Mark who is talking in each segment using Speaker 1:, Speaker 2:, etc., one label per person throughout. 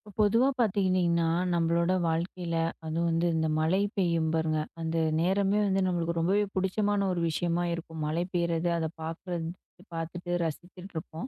Speaker 1: இப்ப பொதுவா பார்த்துக்கிட்டிங்கன்னா, நம்மளோட வாழ்க்கையில அதுவும் வந்து இந்த மழை பெய்யும் பாருங்க, அந்த நேரமே வந்து நம்மளுக்கு ரொம்பவே புடிச்சமான ஒரு விஷயமா இருக்கும். மழை பெய்றது, அத பார்க்குறது பார்த்துட்டு ரசிச்சுட்ருப்போம்.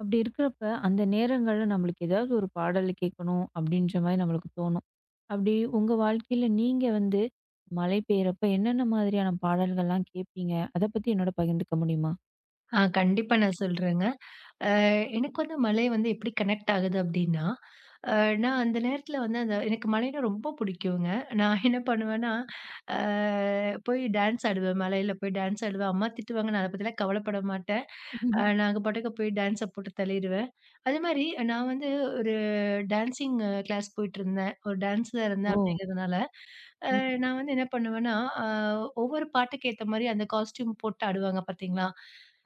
Speaker 1: அப்படி இருக்கிறப்ப, அந்த நேரங்கள்ல நம்மளுக்கு ஏதாவது ஒரு பாடல் கேட்கணும் அப்படின்ற மாரி நம்மளுக்கு தோணும். அப்படி உங்க வாழ்க்கையில நீங்க வந்து மழை பெய்யறப்ப என்னென்ன மாதிரியான பாடல்கள்லாம் கேட்பீங்க? அத பத்தி என்னோட பகிர்ந்துக்க முடியுமா?
Speaker 2: ஆ கண்டிப்பா நான் சொல்றேங்க. அ எனக்கு வந்து மழை வந்து எப்படி கனெக்ட் ஆகுது அப்டின்னா, அ நான் அந்த நேரத்துல வந்து அந்த எனக்கு மழைன்னா ரொம்ப புடிக்குங்க. நான் என்ன பண்ணுவேன்னா, அ போய் டான்ஸ் ஆடுவேன். மழையில போய் டான்ஸ் ஆடுவேன். அம்மா திட்டுவாங்க. நான் அத பத்திலாம் கவலைப்பட மாட்டேன். நாங்க பாட்டுக்கு போய் டான்ஸ போட்டு தள்ளிருவேன். அதேமாரி நான் வந்து ஒரு டான்சிங் கிளாஸ் போயிட்டுருந்தேன். ஒரு டான்ஸரா இருந்தேன்
Speaker 1: ஓ!
Speaker 2: அப்டிங்கிறதுனால, அ
Speaker 1: ம்.
Speaker 2: நான் வந்து என்ன பண்ணுவேன்னா, அ ஒவ்வொரு பாட்டுக்கு ஏத்த மாரி அந்த காஸ்டியூம் போட்டு ஆடுவாங்க பாத்தீங்களா?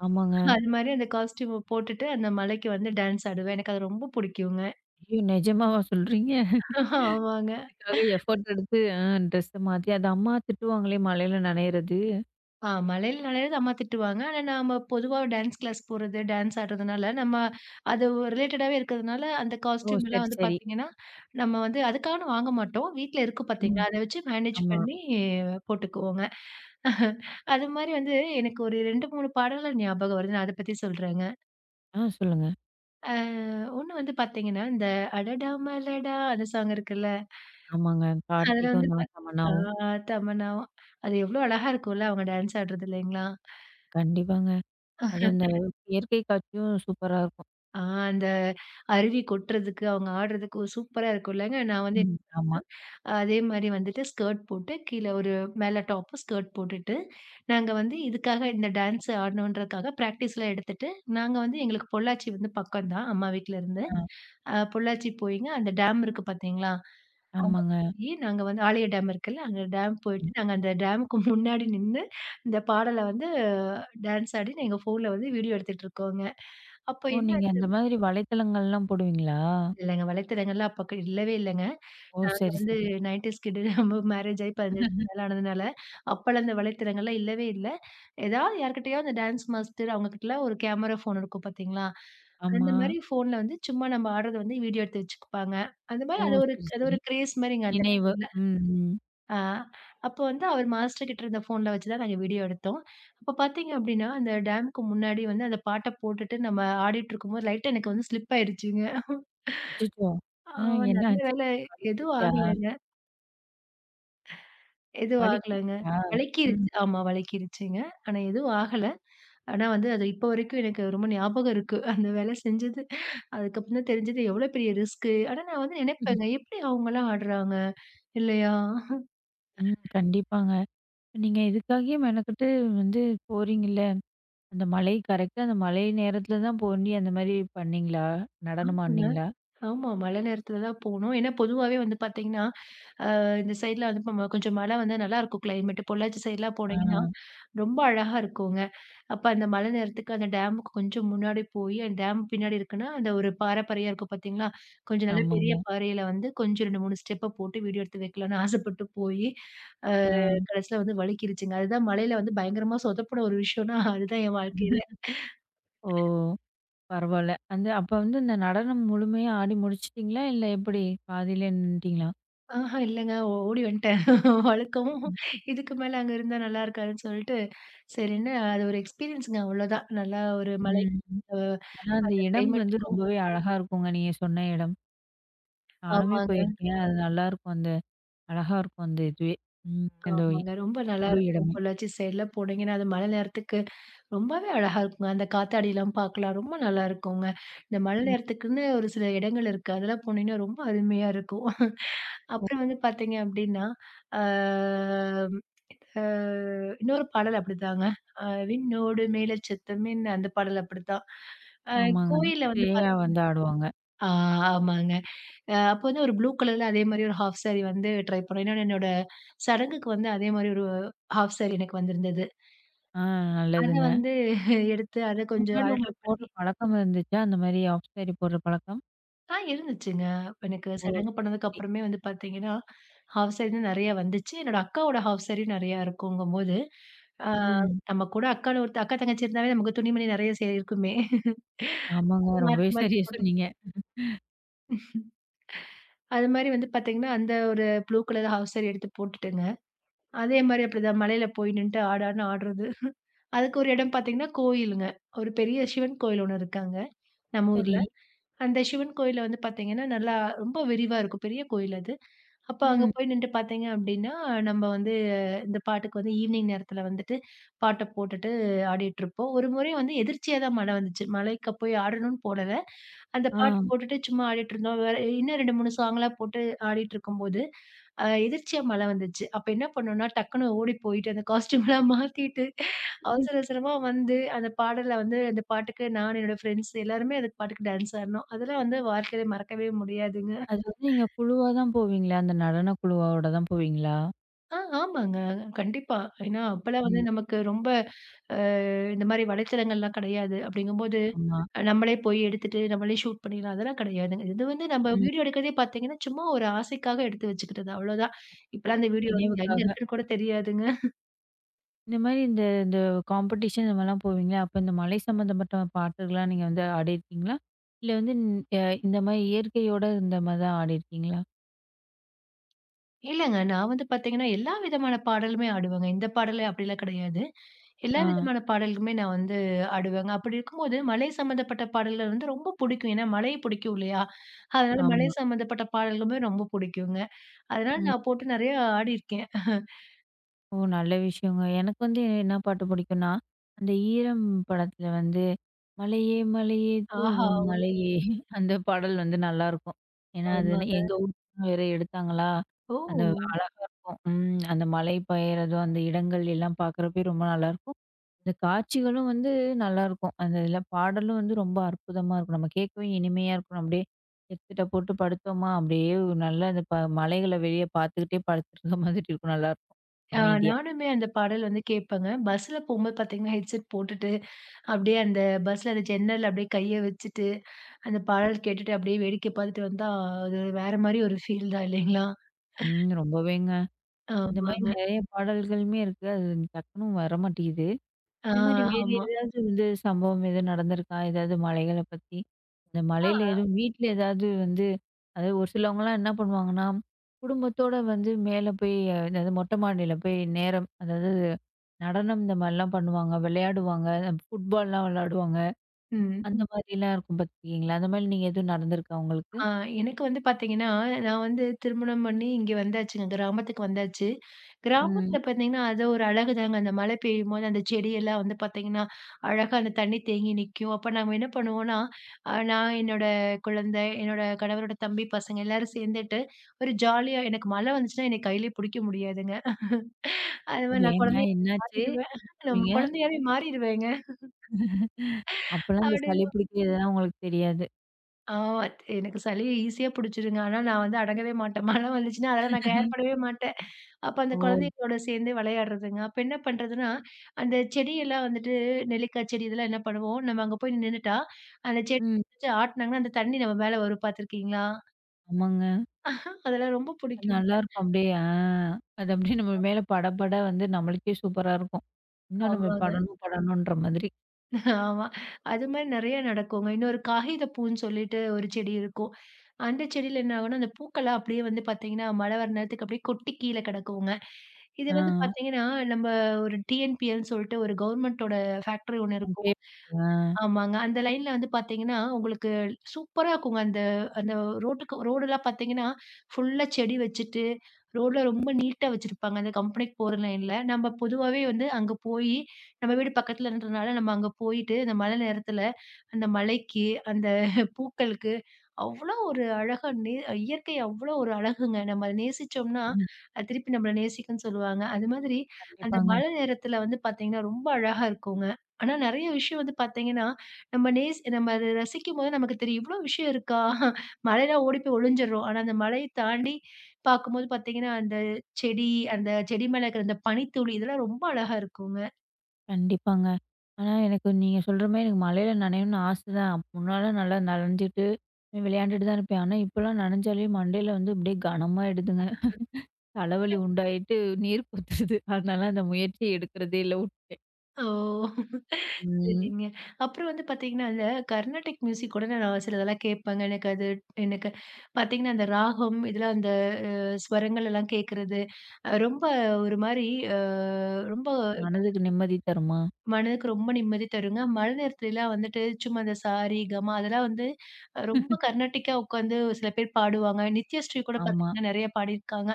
Speaker 1: ஆமாங்க.
Speaker 2: அது மாரி அந்த காஸ்டியூம போட்டுட்டு, அந்த மலைக்கு வந்து டான்ஸ் ஆடுவேன். எனக்கு அது ரொம்ப புடிக்குங்க.
Speaker 1: ஐயோ! நிஜமாவா சொல்றீங்க?
Speaker 2: ஆமாங்க.
Speaker 1: அதுக்காக எஃபோர்ட் எடுத்து ட்ரெஸ்ஸ மாத்தி, அது அம்மா திட்டுவாங்களே மழையில நனையிறது.
Speaker 2: ஆ மலையில நனையிறது அம்மா திட்டுவாங்க. ஆனா நாம பொதுவா டான்ஸ் கிளாஸ் போறது, டான்ஸ் ஆடுறதுனால, நம்ம அது ரிலேட்டடாவே இருக்கிறதுனால, அந்த
Speaker 1: ஓ!
Speaker 2: காஸ்டியூம் எல்லாம்
Speaker 1: சரி,
Speaker 2: வந்து
Speaker 1: சரி.
Speaker 2: பார்த்தீங்கன்னா, நம்ம வந்து அதுக்காக வாங்க மாட்டோம். வீட்ல இருக்கும்
Speaker 1: ம்.
Speaker 2: பார்த்தீங்களா, அத வச்சு மேனேஜ்
Speaker 1: ஆமா.
Speaker 2: பண்ணி போட்டுக்குவோங்க. அது மாரி வந்து எனக்கு ஒரு 2, 3 பாடல்கள் ஞாபகம் வருது. நான் அத பத்தி சொல்றேங்க.
Speaker 1: ஆ சொல்லுங்க.
Speaker 2: அ ஒண்ணு வந்து பார்த்தீங்கன்னா, இந்த "அடடா மலடா" அந்த சாங் இருக்குல்ல.
Speaker 1: ஆமாங்க.
Speaker 2: அதுல வந்து
Speaker 1: கார்த்திக்கும், நான்
Speaker 2: பாத்
Speaker 1: தமன்னாவும்.
Speaker 2: ஆ தமன்னாவும். அது எவ்ளோ அழகா இருக்கும்ல அவங்க டான்ஸ் ஆடுறது இல்லைங்களா?
Speaker 1: கண்டிப்பாங்க. அது அந்த இயற்கை காட்சியும் சூப்பரா இருக்கும்.
Speaker 2: ஆ அந்த அருவி கொட்டுறதுக்கு, அவங்க ஆடுறதுக்கு சூப்பரா இருக்கும்லங்க. நான் வந்து
Speaker 1: ம். ஆமா.
Speaker 2: என்னன்னா, அதே மாரி வந்துட்டு ஸ்கர்ட் போட்டு, கீழ ஒரு மேல டாப்பு, ஸ்கர்ட் போட்டுட்டு, நாங்க வந்து இதுக்காக இந்த டான்ஸ் ஆடணுன்றதுக்காக பிராக்டிஸ்லாம் எடுத்துட்டு, நாங்க வந்து எங்களுக்கு பொள்ளாச்சி வந்து பக்கம் தான், அம்மா வீட்ல இருந்து.
Speaker 1: ஆ.
Speaker 2: பொள்ளாச்சி போய்ங்க அந்த டேம் இருக்கு பாத்தீங்களா? அங்க
Speaker 1: ஆமாங்க.
Speaker 2: போயி நாங்க வந்து ஆழியா டேம் இருக்குல்ல, அங்க டேம் போயிட்டு நாங்க அந்த டேமுக்கு முன்னாடி நின்னு, இந்த பாடல வந்து டான்ஸ் ஆடி எங்க ஃபோன்ல வந்து வீடியோ எடுத்துட்டு இருக்கோங்க. அப்ப
Speaker 1: ஓ!
Speaker 2: என்ன
Speaker 1: நீங்க
Speaker 2: ஆச்சு
Speaker 1: அந்த மாதிரி வலைத்தளங்கள்லாம் போடுவீங்களா?
Speaker 2: இல்லங்க வலைத்தளங்கள்ல அப்ப க இல்லவே இல்லங்க.
Speaker 1: ஓ!
Speaker 2: நாங்க
Speaker 1: சரி,
Speaker 2: வந்து
Speaker 1: சரி.
Speaker 2: 90ஸ் கிட் நம்ம மேரேஜ் ஆயி 15 வருஷத்துக்கு மேல ஆனதுனால, அப்பலாம் இந்த வலைத்தளங்கள்லாம் இல்லவே இல்ல. ஏதாவது யார்கிட்டயோ அந்த டான்ஸ் மாஸ்டர் அவங்க கிட்டலாம் ஒரு கேமரா ஃபோன் இருக்கும் பார்த்தீங்களா?
Speaker 1: ஆமா.
Speaker 2: அந்த மாரி ஃபோன்ல வந்து சும்மா நம்ம ஆடுறத வந்து வீடியோ எடுத்து வச்சுக்குப்பாங்க. அந்த மாரி
Speaker 1: ஓ! சரி,
Speaker 2: அது
Speaker 1: சரி.
Speaker 2: ஒரு கிரேஸ் மாரிங்க அந்த
Speaker 1: நினைவு.
Speaker 2: டைம்ல.
Speaker 1: ம், ம்.
Speaker 2: ஆ அப்போ வந்து அவர் மாஸ்டர் கிட்ட இருந்த ஃபோன்ல வச்சு தான் நாங்க வீடியோ எடுத்தோம். அப்ப பார்த்தீங்க அப்டின்னா, அந்த டேம்க்கு முன்னாடி வந்து அந்த பாட்ட போட்டுட்டு நம்ம ஆடிட்டுருக்கும்போது லைட்டா எனக்கு வந்து ஸ்லிப் ஆயிருச்சுங்க.
Speaker 1: அச்சச்சோ!
Speaker 2: ஆ
Speaker 1: அ என்ன
Speaker 2: நல்ல
Speaker 1: ஆச்சு?
Speaker 2: வேள எதுவும்
Speaker 1: வழுக்கிருச்சா?
Speaker 2: ஆகலங்க. எதுவும் ஆகலங்க.
Speaker 1: வழுக்கிருச்சா? ம்.
Speaker 2: வழுக்கிருச்சு. ஆமா வழுக்கிருச்சுங்க. ஆனா எதுவும் ஆகல. ஆனா வந்து அது இப்ப வரைக்கும் எனக்கு ரொம்ப ஞாபகம் இருக்கு. அந்த வேல செஞ்சது. அதுக்கப்புறம் தான் தெரிஞ்சது எவ்ளோ பெரிய ரிஸ்க்கு. ஆனா நான் வந்து நினைப்பேங்க, எப்டி அவங்கலாம் ஆடுறாங்க? இல்லையா?
Speaker 1: ம். கண்டிப்பாங்க. நீங்க இதுக்காகவே மெனக்கெட்டு வந்து போறீங்கல்ல. அந்த மழை கரெக்ட்டா அந்த மழை நேரத்துல தான் போயி அந்த மாரி பண்ணீங்களா? நடனம்
Speaker 2: ஆமாங்க.
Speaker 1: ஆடுனீங்களா?
Speaker 2: ஆமா மழை நேரத்துல தான் போனோம். ஏன்னா பொதுவாவே வந்து பார்த்தீங்கன்னா, அ இந்த சைட்ல வந்து இப்ப கொஞ்சம் மழை வந்தா நல்லாருக்கும் கிளைமேட். பொள்ளாச்சி சைட்லாம்
Speaker 1: ஆ,
Speaker 2: போனீங்கன்னா, ரொம்ப அழகா இருக்குங்க. அப்ப அந்த மழை நேரத்துக்கு அந்த டேமுக்கு கொஞ்சம் முன்னாடி போயி, அந்த டேம் பின்னாடி இருக்குன்னா, அந்த ஒரு பாறை பாறையா இருக்கும் பார்த்தீங்களா? கொஞ்சம் நல்லா பெரிய
Speaker 1: ஆமாங்க.
Speaker 2: பாறையில வந்து கொஞ்சம் 2, 3 ஸ்டெப்ப போட்டு வீடியோ எடுத்து வைக்கலான்னு ஆசைப்பட்டு போயி, அ
Speaker 1: ஆ.
Speaker 2: கடைசில வந்து வழுக்கிருச்சுங்க. அதுதான் மழையில வந்து பயங்கரமா சொதப்புன ஒரு விஷயம்னா, அதுதான் என் வாழ்க்கையில.
Speaker 1: ஓ! பரவால்ல. அந்த அப்ப வந்து இந்த நடனம் முழுமையா ஆடி முடிச்சுட்டீங்களா? இல்ல எப்படி? பாதியிலே நின்னுட்டீங்களா?
Speaker 2: ஆஹா இல்லங்க ஓடி வந்துட்டேன். வழுக்கவும் இதுக்கு மேல அங்க இருந்தா நல்லா இருக்காதுன்னு சொல்லிட்டு சரின்னு அது ஒரு எக்ஸ்பீரியன்ஸ்ங்க அவ்வளோதான். நல்லா ஒரு மலை
Speaker 1: ம்.
Speaker 2: அ
Speaker 1: ஆனா அந்த
Speaker 2: அந்த
Speaker 1: இடம் வந்து
Speaker 2: கிளைமேட்டுக்கும்
Speaker 1: ரொம்பவே அழகா இருக்குங்க, நீங்க சொன்ன இடம். நானுமே
Speaker 2: ஆமாங்க,
Speaker 1: போயிருக்கேன். அது நல்லாருக்கும். அந்த அழகா இருக்கும் அந்த இதுவே. ம். அந்த
Speaker 2: ஆமாங்க. ரொம்ப
Speaker 1: முழு
Speaker 2: நல்லாருக்கும்.
Speaker 1: இடமே.
Speaker 2: பொள்ளாச்சி சைட்ல போனீங்கன்னா, அது மழை நேரத்துக்கு ரொம்பவே அழகா இருக்குங்க. அந்த காத்தாடிலாம் பார்க்கலாம். ரொம்ப நல்லாருக்குங்க. இந்த மழை
Speaker 1: ம்.
Speaker 2: நேரத்துக்குன்னு ஒரு சில இடங்கள் இருக்கு. அதெல்லாம் போனீங்கன்னா ரொம்ப அருமையா இருக்கும்.
Speaker 1: ஓ.
Speaker 2: அப்புறம் வந்து பார்த்தீங்க அப்டின்னா, ஆ அ இன்னொரு பாடல் அப்படிதாங்க. அ "விண்ணோடு மேலச் சத்தமின்னு" அந்த பாடல் அப்படித்தான். அ
Speaker 1: ஆமாங்க.
Speaker 2: கோயில்ல வந்து
Speaker 1: பேயா
Speaker 2: பார்த்தீங்க
Speaker 1: வந்து ஆடுவாங்க.
Speaker 2: ஆ ஆமாங்க. அப்ப வந்து ஒரு ப்ளூ கலர்ல அதே மாரி ஒரு ஹாஃப் சாரி வந்து ட்ரை பண்ணேன். ஏன்னா என்னோட சடங்குக்கு வந்து அதே மாரி ஒரு ஹாஃப் சாரி எனக்கு வந்திருந்தது.
Speaker 1: ஆ
Speaker 2: அத
Speaker 1: நல்லதுங்க.
Speaker 2: வந்து எடுத்து அத
Speaker 1: அதுக்கு
Speaker 2: கொஞ்சம்
Speaker 1: முன்னாடி
Speaker 2: ஆல்டர்
Speaker 1: உங்களுக்கு
Speaker 2: பண்ணி
Speaker 1: போடுற பழக்கம் இருந்துச்சா? அந்த மாரி ஆஃப் சாரி போடுற பழக்கம்?
Speaker 2: ஆ இருந்துச்சுங்க. இப்ப எனக்கு
Speaker 1: ஓ!
Speaker 2: சடங்கு
Speaker 1: சரி,
Speaker 2: பண்ணதுக்கு
Speaker 1: சரி.
Speaker 2: அப்புறமே வந்து பார்த்தீங்கன்னா, ஹாஃப் சாரி தான் நெறையா வந்துச்சு. என்னோட அக்காவோட ஹாஃப் சாரியும் நெறையா இருக்குங்கும்போது, ஆ
Speaker 1: ம்.
Speaker 2: நம்ம கூட அக்கால ஒருத்த அக்கா தங்கச்சி இருந்தாவே நமக்கு துணிமணி நெறைய சே இருக்குமே.
Speaker 1: ஆமாங்க. ரொம்பவே
Speaker 2: மாத்தி மாத்தி
Speaker 1: சரியா
Speaker 2: போட்டு
Speaker 1: சொன்னீங்க.
Speaker 2: அது மாரி வந்து பார்த்தீங்கன்னா, அந்த ஒரு ப்ளூ கலர் ஹாஃப் சாரி எடுத்து போட்டுட்டேங்க. அதே மாரி அப்படிதான் மழையில போய் நின்னுட்டு ஆடு ஆடுன்னு ஆடுறது. அதுக்கு ஒரு இடம் பார்த்தீங்கன்னா, கோயிலுங்க. ஒரு பெரிய சிவன் கோயில் ஒண்ணு இருக்கு அங்க, நம்ம ஊர்ல.
Speaker 1: சரி.
Speaker 2: அந்த சிவன் கோயில்ல வந்து பார்த்தீங்கன்னா, நல்லா ரொம்ப விரிவா இருக்கும். பெரிய கோயில் அது. அப்ப அங்க
Speaker 1: ம்.
Speaker 2: போய் நின்டு பார்த்தீங்க அப்டின்னா, நம்ம வந்து இந்த பாட்டுக்கு வந்து ஈவினிங் நேரத்துல வந்துட்டு பாட்ட போட்டுட்டு ஆடிட்டுருப்போம். ஒரு முறை வந்து எதிர்ச்சியா தான் மழை வந்துச்சு. மழைக்கு போய் ஆடணும்னு போடல. அந்த பாட்டு
Speaker 1: ஆ.
Speaker 2: போட்டுட்டு சும்மா ஆடிட்டுருந்தோம். வேற இன்னும் 2, 3 சாங்லாம் போட்டு ஆடிட்டுருக்கும்போது, எதிர்ச்சியா மழை வந்துச்சு. அப்ப என்ன பண்ணோம்னா, டக்குனு ஓடி போயிட்டு அந்த காஸ்டியூம்லாம் மாத்திட்டு,
Speaker 1: ம்.
Speaker 2: அவசர அவசரமா வந்து அந்த பாடல வந்து அந்த பாட்டுக்கு நான், என்னோட ஃப்ரெண்ட்ஸ் எல்லாருமே அந்த பாட்டுக்கு டான்ஸ் ஆடுனோம். அதெல்லாம் வந்து வாழ்க்கையில மறக்கவே முடியாதுங்க.
Speaker 1: அது வந்து நீங்க குழுவா தான் போவீங்களா? அந்த நடன குழுவோட தான் போவீங்களா?
Speaker 2: ஆ ஆமாங்க. கண்டிப்பா. ஏன்னா அப்பலாம் வந்து
Speaker 1: ம்.
Speaker 2: நமக்கு ரொம்ப அ இந்த மாரி வலைத்தளங்கள்லாம் கிடையாது. அப்படிங்கும்போது,
Speaker 1: ஆமா.
Speaker 2: நம்மளே போய் எடுத்துட்டு, நம்மளே ஷூட் பண்ணிடலாம். அதெல்லாம் கிடையாதுங்க. இது வந்து நம்ம
Speaker 1: ம்.
Speaker 2: வீடியோ எடுக்கிறதே பார்த்தீங்கன்னா, சும்மா ஒரு ஆசைக்காக எடுத்து வச்சுக்கிட்டது அவ்வளோதான். இப்பலாம் அந்த வீடியோ எங்க
Speaker 1: நினைவுக்காக.
Speaker 2: இருக்குன்னு கூட தெரியாதுங்க.
Speaker 1: இந்த மாரி இந்த இந்த காம்படிஷன் இந்த மாரிலாம் போவீங்களா? அப்ப இந்த மலை சம்மந்தப்பட்ட பாட்டுகள்லாம் நீங்க வந்து ஆடியிருக்கீங்களா? இல்ல வந்து அ இந்த மாரி இயற்கையோட இந்த மாரி தான் ஆடியிருக்கீங்களா?
Speaker 2: இல்லங்க. நான் வந்து பார்த்தீங்கன்னா, எல்லா விதமான பாடலுமே ஆடுவேங்க. இந்த பாடலு அப்படிலாம் கிடையாது. எல்லா
Speaker 1: ஆ.
Speaker 2: விதமான பாடலுக்குமே நான் வந்து ஆடுவேங்க. அப்படி இருக்கும்போது, மலை சம்மந்தப்பட்ட பாடல்கள் வந்து ரொம்ப புடிக்கும். ஏன்னா மலை பிடிக்கும் இல்லையா? அதனால மலை
Speaker 1: ஆமா.
Speaker 2: சம்மந்தப்பட்ட பாடல்களுமே ரொம்ப புடிக்குங்க. அதனால
Speaker 1: ம்.
Speaker 2: நான் போட்டு நெறைய ஆடியிருக்கேன்.
Speaker 1: ஓ! நல்ல விஷயங்க. எனக்கு வந்து என்ன பாட்டு பிடிக்கும்னா, அந்த ஈரம் படத்துல வந்து, மழையே மழையே
Speaker 2: ஆஹா!
Speaker 1: தூவும் மழையே அந்த பாடல் வந்து நல்லாயிருக்கும். ஏன்னா, அது
Speaker 2: ஆமாங்க.
Speaker 1: எங்க ஊர் வேற எடுத்தாங்களா,
Speaker 2: ஓ!
Speaker 1: அந்த அழகா இருக்கும். ம். அந்த மழை பெய்யறதும், அந்த இடங்கள் எல்லாம் பார்க்குறப்பயே ரொம்ப நல்லாயிருக்கும். அந்த காட்சிகளும் வந்து நல்லாயிருக்கும். அந்த இதில பாடலும் வந்து ரொம்ப அற்புதமா இருக்கும். நம்ம கேட்கவே இனிமையா இருக்கணும். அப்படியே ஹெட்செட்ட போட்டு படுத்தோமா, அப்படியே நல்லா அந்த மலைகள வெளிய பார்த்துக்கிட்டே படுத்துருக்க மாதிரி இருக்கும். நல்லாயிருக்கும்.
Speaker 2: ஆ
Speaker 1: அமைதியா.
Speaker 2: நானுமே அந்த பாடல் வந்து கேட்பேங்க. பஸ்ல போம்போது பார்த்தீங்கன்னா, ஹெட்செட் போட்டுட்டு, அப்படியே அந்த பஸ்ல அந்த ஜன்னல்ல அப்படியே கைய வச்சுட்டு, அந்த பாடல் கேட்டுட்டு அப்படியே வேடிக்கை பார்த்துட்டு வந்தா, அது வேற மாரி ஒரு ஃபீல் தான் இல்லைங்களா?
Speaker 1: ம். ரொம்பவேங்க. இந்த மாரி
Speaker 2: ஆமாங்க.
Speaker 1: நெறைய பாடல்களுமே இருக்கு. அது டக்குனு வரமாட்டேங்குது.
Speaker 2: ஆ
Speaker 1: இந்த மாரி வேற
Speaker 2: ஆமா.
Speaker 1: ஏதாவது வந்து சம்பவம் எதுவும் நடந்திருக்கா? ஏதாவது மலைகள பத்தி? இந்த மலையில
Speaker 2: ஆ
Speaker 1: எதுவும் வீட்ல ஏதாவது வந்து அதாவது ஒரு சிலவங்கலாம் என்ன பண்ணுவாங்கன்னா, குடும்பத்தோட வந்து மேல போய் அதாவது மொட்டை மாடியில போய் நேரம் அதாவது நடனம் இந்த மாரிலாம் பண்ணுவாங்க, விளையாடுவாங்க, ஃபுட்பால்லாம் விளையாடுவாங்க.
Speaker 2: ம்.
Speaker 1: அந்த மாரிலாம் இருக்கும் பாத்துருக்கீங்களா? அந்த மாரி நீங்க எதுவும் நடந்திருக்கா உங்களுக்கு?
Speaker 2: ஆ எனக்கு வந்து பார்த்தீங்கன்னா, நான் வந்து திருமணம் பண்ணி இங்க வந்தாச்சுங்க. கிராமத்துக்கு வந்தாச்சு.
Speaker 1: ம்.
Speaker 2: கிராமத்தில பார்த்தீங்கன்னா, அது ஒரு அழகு தாங்க. அந்த மழை பெய்யும்போது அந்த செடியெல்லாம் வந்து பார்த்தீங்கன்னா, அழகா அந்த தண்ணி தேங்கி நிக்கும். அப்ப நம்ம என்ன பண்ணுவோம்னா, நான் என்னோட குழந்தை, என்னோட கணவரோட தம்பி பசங்க எல்லாரும் சேர்ந்துட்டு, ஒரு ஜாலியா எனக்கு மழை வந்துச்சுன்னா என்னை கையிலே புடிக்க முடியாதுங்க. அது மாரி நான்
Speaker 1: ஏங்க
Speaker 2: குழந்தையா
Speaker 1: என்னாச்சு?
Speaker 2: மாறிடுவேன். நம்ம
Speaker 1: சொல்வீங்க?
Speaker 2: குழந்தையாவே மாறிடுவேங்க.
Speaker 1: அப்பலாம் இந்த
Speaker 2: அப்படி
Speaker 1: சளி பிடிக்க இதெல்லாம் உங்களுக்கு தெரியாது.
Speaker 2: ஆ எனக்கு சளி ஈஸியா புடிச்சுருங்க. ஆனா, நான் வந்து அடங்கவே மாட்டேன். மழை வந்துச்சுன்னா, அதெல்லாம் நான் கேர் பண்ணவே மாட்டேன். அப்ப அந்த
Speaker 1: ஓ!
Speaker 2: குழந்தைங்களோட சேர்ந்து விளையாடுறதுங்க. அப்ப என்ன பண்றதுன்னா, அந்த செடியெல்லாம் வந்துட்டு நெல்லிக்காய் செடி இதெல்லாம் என்ன பண்ணுவோம், நம்ம அங்க போய் நின்னுட்டா, அந்த செடி
Speaker 1: ம்.
Speaker 2: வச்சு ஆட்டுனாங்கன்னா, அந்த தண்ணி நம்ம மேல வரும் பார்த்துருக்கீங்களா?
Speaker 1: ஆமாங்க.
Speaker 2: அதெல்லாம் ரொம்ப
Speaker 1: அது
Speaker 2: பிடிக்குங்க.
Speaker 1: நல்லாருக்கும் அப்படியே. ஆ அது அப்படியே நம்ம மேல பட பட வந்து நம்மளுக்கே சூப்பரா இருக்கும். இன்னும் நம்ம
Speaker 2: ஆமாங்க.
Speaker 1: படணும் படணுன்ற மாதிரி.
Speaker 2: ஆமா. அது மாரி நெறைய நடக்குங்க. இன்னொரு காகித பூன்னு சொல்லிட்டு ஒரு செடி இருக்கும். அந்த செடியில என்ன ஆகும்னா, அந்த பூக்கள்லாம் அப்படியே வந்து பார்த்தீங்கன்னா, மழை வர நேரத்துக்கு அப்படியே கொட்டி கீழ கிடக்குங்க. இது
Speaker 1: ஆ.
Speaker 2: வந்து பார்த்தீங்கன்னா, நம்ம ஒரு டிஎன்பிஎல்ன்னு சொல்லிட்டு ஒரு கவர்மெண்டோட ஃபேக்டரி ஒண்ணு இருக்கும்.
Speaker 1: அப்படியே ஆ.
Speaker 2: ஆமாங்க. அந்த லைன்ல வந்து பார்த்தீங்கன்னா, உங்களுக்கு சூப்பரா இருக்குங்க. அந்த அந்த ரோட்டுக்கு ரோடுலாம் பார்த்தீங்கன்னா, ஃபுல்லா செடி வச்சுட்டு, ரோட்ல ரொம்ப நீட்டா வச்சிருப்பாங்க. அந்த கம்பெனிக்கு போற லைன்ல. நம்ம பொதுவாவே வந்து அங்க போயி, நம்ம வீடு பக்கத்துலன்றதுனால, நம்ம அங்க போயிட்டு, அந்த மழை நேரத்துல, அந்த மழைக்கு, அந்த பூக்களுக்கு அவ்ளோ ஒரு அழகா நே இயற்கை அவ்ளோ ஒரு அழகுங்க. நம்ம அத நேசிச்சோம்னா,
Speaker 1: ம்.
Speaker 2: அது திருப்பி நம்மள நேசிக்கும்ன்னு சொல்லுவாங்க. அது மாதிரி அந்த
Speaker 1: கண்டிப்பாங்க,
Speaker 2: மழை நேரத்தில வந்து பார்த்தீங்கன்னா, ரொம்ப அழகா இருக்குங்க. ஆனா நெறைய விஷயம் வந்து பார்த்தீங்கன்னா, நம்ம நேஸ் நம்ம அத ரசிக்கும்போது நமக்கு தெரியும். இவ்ளோ விஷயம் இருக்கா? மழைன்னா ஓடி போய் ஒளிஞ்சிர்றோம். ஆனா அந்த மழைய தாண்டி பார்க்கும்போது பார்த்தீங்கன்னா, செடி அந்த செடி மேல இருக்கிற அந்த பனித்துளி இதெல்லாம் ரொம்ப அழகா இருக்குங்க.
Speaker 1: கண்டிப்பாங்க. ஆனா எனக்கு நீங்க சொல்ற மாரி எனக்கு மழையில நனையணும்னு ஆசை தான். முன்னாலாம் நல்லா நனஞ்சுட்டு, விளையாண்டுட்டு தான் இருப்பேன். ஆனா இப்பலாம் நனஞ்சாலே மண்டையில வந்து அப்படியே கனமாயிடுதுங்க. தலைவலி உண்டாயிட்டு நீர் கொட்டுது. அதனால அந்த முயற்சிய எடுக்கிறதே இல்ல.
Speaker 2: ஓ!
Speaker 1: ம்.
Speaker 2: சரிங்க. அப்புறம் வந்து பார்த்தீங்கன்னா, அந்த கர்நாடிக் மியூசிக் கூட நான் சிலதெல்லாம் கேட்பேங்க. எனக்கு பார்த்தீங்கன்னா, அந்த ராகம் இதெல்லாம் அந்த ஸ்வரங்கள் எல்லாம் கேட்கறது, ரொம்ப ஒரு மாரி அ ரொம்ப
Speaker 1: மனதுக்கு நிம்மதி தருமா?
Speaker 2: மனதுக்கு ரொம்ப நிம்மதி தருங்க. மழை நேரத்துலலாம் வந்துட்டு சும்மா இந்த சாரி, கமா அதெல்லாம் வந்து ரொம்ப கர்நாட்டிக்கா உட்காந்து சில பேர் பாடுவாங்க. நித்யஸ்ரீ கூட
Speaker 1: ஆமா.
Speaker 2: பார்த்தீங்கன்னா நெறைய பாடியிருக்காங்க.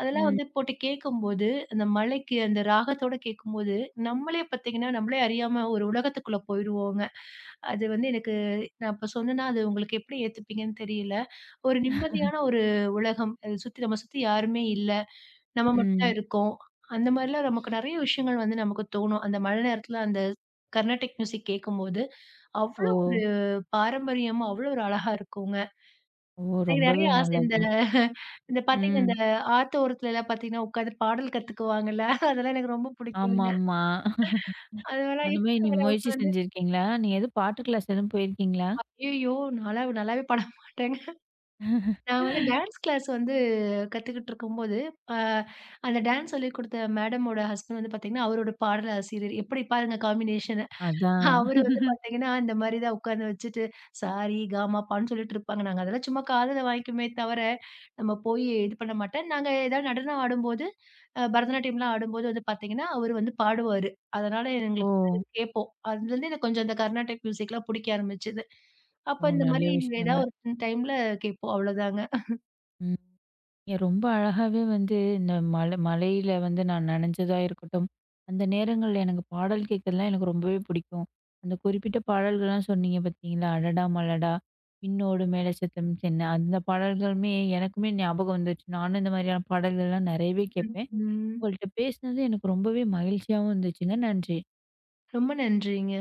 Speaker 2: அதெல்லாம்
Speaker 1: ம்,
Speaker 2: வந்து போட்டு கேட்கும்போது, அந்த மழைக்கு அந்த ராகத்தோட கேட்கும்போது, நம்மளே பார்த்தீங்கன்னா, நம்மளே அறியாம ஒரு உலகத்துக்குள்ள போயிருவோங்க. அது வந்து எனக்கு நான் இப்ப சொன்னேன்னா, அது உங்களுக்கு எப்படி ஏத்துப்பீங்கன்னு தெரியல. ஒரு நிம்மதியான ஒரு உலகம். சுத்தி நம்ம சுத்தி யாருமே இல்ல. நம்ம மட்டும் தான்
Speaker 1: ம்.
Speaker 2: இருக்கோம். அந்த மாரிலாம் நமக்கு நெறைய விஷயங்கள் வந்து நமக்கு தோணும். அந்த மழை நேரத்துல அந்த கர்நாடிக் மியூசிக் கேட்கும்போது, அவ்ளோ
Speaker 1: ஓ!
Speaker 2: ஒரு பாரம்பரியமா, அவ்ளோ ஒரு அழகா இருக்குங்க.
Speaker 1: ஓ!
Speaker 2: எனக்கு நெறைய
Speaker 1: ரொம்பவே
Speaker 2: ஆசை இந்த
Speaker 1: நல்லதுங்க.
Speaker 2: இந்த பார்த்தீங்கன்னா,
Speaker 1: ம்.
Speaker 2: இந்த ஆத்தோரத்துலலாம் பார்த்தீங்கன்னா, உட்காந்து பாடல் கத்துக்குவாங்கல்ல. அதெல்லாம் எனக்கு ரொம்ப புடிக்குங்க.
Speaker 1: ஆமாமா.
Speaker 2: அதெல்லாம்
Speaker 1: அந்த மாரி
Speaker 2: எப்படி
Speaker 1: நீங்க
Speaker 2: அவங்கலாம்
Speaker 1: முயற்சி
Speaker 2: உட்காந்து
Speaker 1: செஞ்சிருக்கீங்களா? நீங்க எதுவும் பாட்டு கிளாஸ் எதுவும் போயிருக்கீங்களா?
Speaker 2: ஐயய்யோ! நான்லா நல்லாவே பாட மாட்டேங்க. நான் வந்து டான்ஸ் கிளாஸ் வந்து கத்துக்கிட்டு இருக்கும்போது, அ அந்த டான்ஸ் சொல்லிக் குடுத்த மேடமோட ஹஸ்பண்ட் வந்து பார்த்தீங்கன்னா, அவரோட பாடல் ஆசிரியர். எப்படி பாருங்க காம்பினேஷன் அவரு
Speaker 1: அதான்.
Speaker 2: வந்து பாத்தீங்கன்னா, இந்த மாரி தான் உட்காந்து வச்சுட்டு, சாரி, காமாப்பான்னு சொல்லிட்டு இருப்பாங்க. நாங்க அதெல்லாம் சும்மா காதுல வாங்கிக்குமே தவிர, நம்ம போய் இது பண்ண மாட்டேன். நாங்க ஏதாவது நடனம் ஆடும்போது, பரதநாட்டியம்லாம் ஆடும்போது வந்து பாத்தீங்கன்னா, அவரு வந்து பாடுவாரு. அதனால
Speaker 1: ஓ!
Speaker 2: எங்களுக்கு வந்து கேட்போம். அதுலருந்து எனக்கு கொஞ்சம் இந்த கர்நாடிக் மியூசிக்லாம் புடிக்க ஆரம்பிச்சது.
Speaker 1: ஓ!
Speaker 2: அப்ப இந்த மாரி
Speaker 1: நல்ல
Speaker 2: ஏதாவது
Speaker 1: விஷயங்க.
Speaker 2: ஒரு டைம்ல கேட்போம். அவ்வளோதாங்க.
Speaker 1: ம். ஏன் ரொம்ப அழகாவே வந்து இந்த மலை மலையில வந்து நான் நனைஞ்சதா இருக்கட்டும், அந்த நேரங்கள்ல எனக்கு பாடல் கேட்கறதுலாம் எனக்கு ரொம்பவே பிடிக்கும். அந்த குறிப்பிட்ட பாடல்கள்லாம் சொன்னீங்க பார்த்தீங்களா? "அடடா மலடா, விண்ணோடு மேலச்சத்தம் சென்ன" அந்த பாடல்களுமே எனக்குமே ஞாபகம் வந்துச்சு. நானும் இந்த மாதிரியான பாடல்கள்லாம் நிறையவே கேட்பேன்.
Speaker 2: ம்.
Speaker 1: உங்கள்ட்ட பேசினது எனக்கு ரொம்பவே மகிழ்ச்சியாவும் இருந்துச்சுங்க. நன்றி.
Speaker 2: ரொம்ப நன்றிங்க.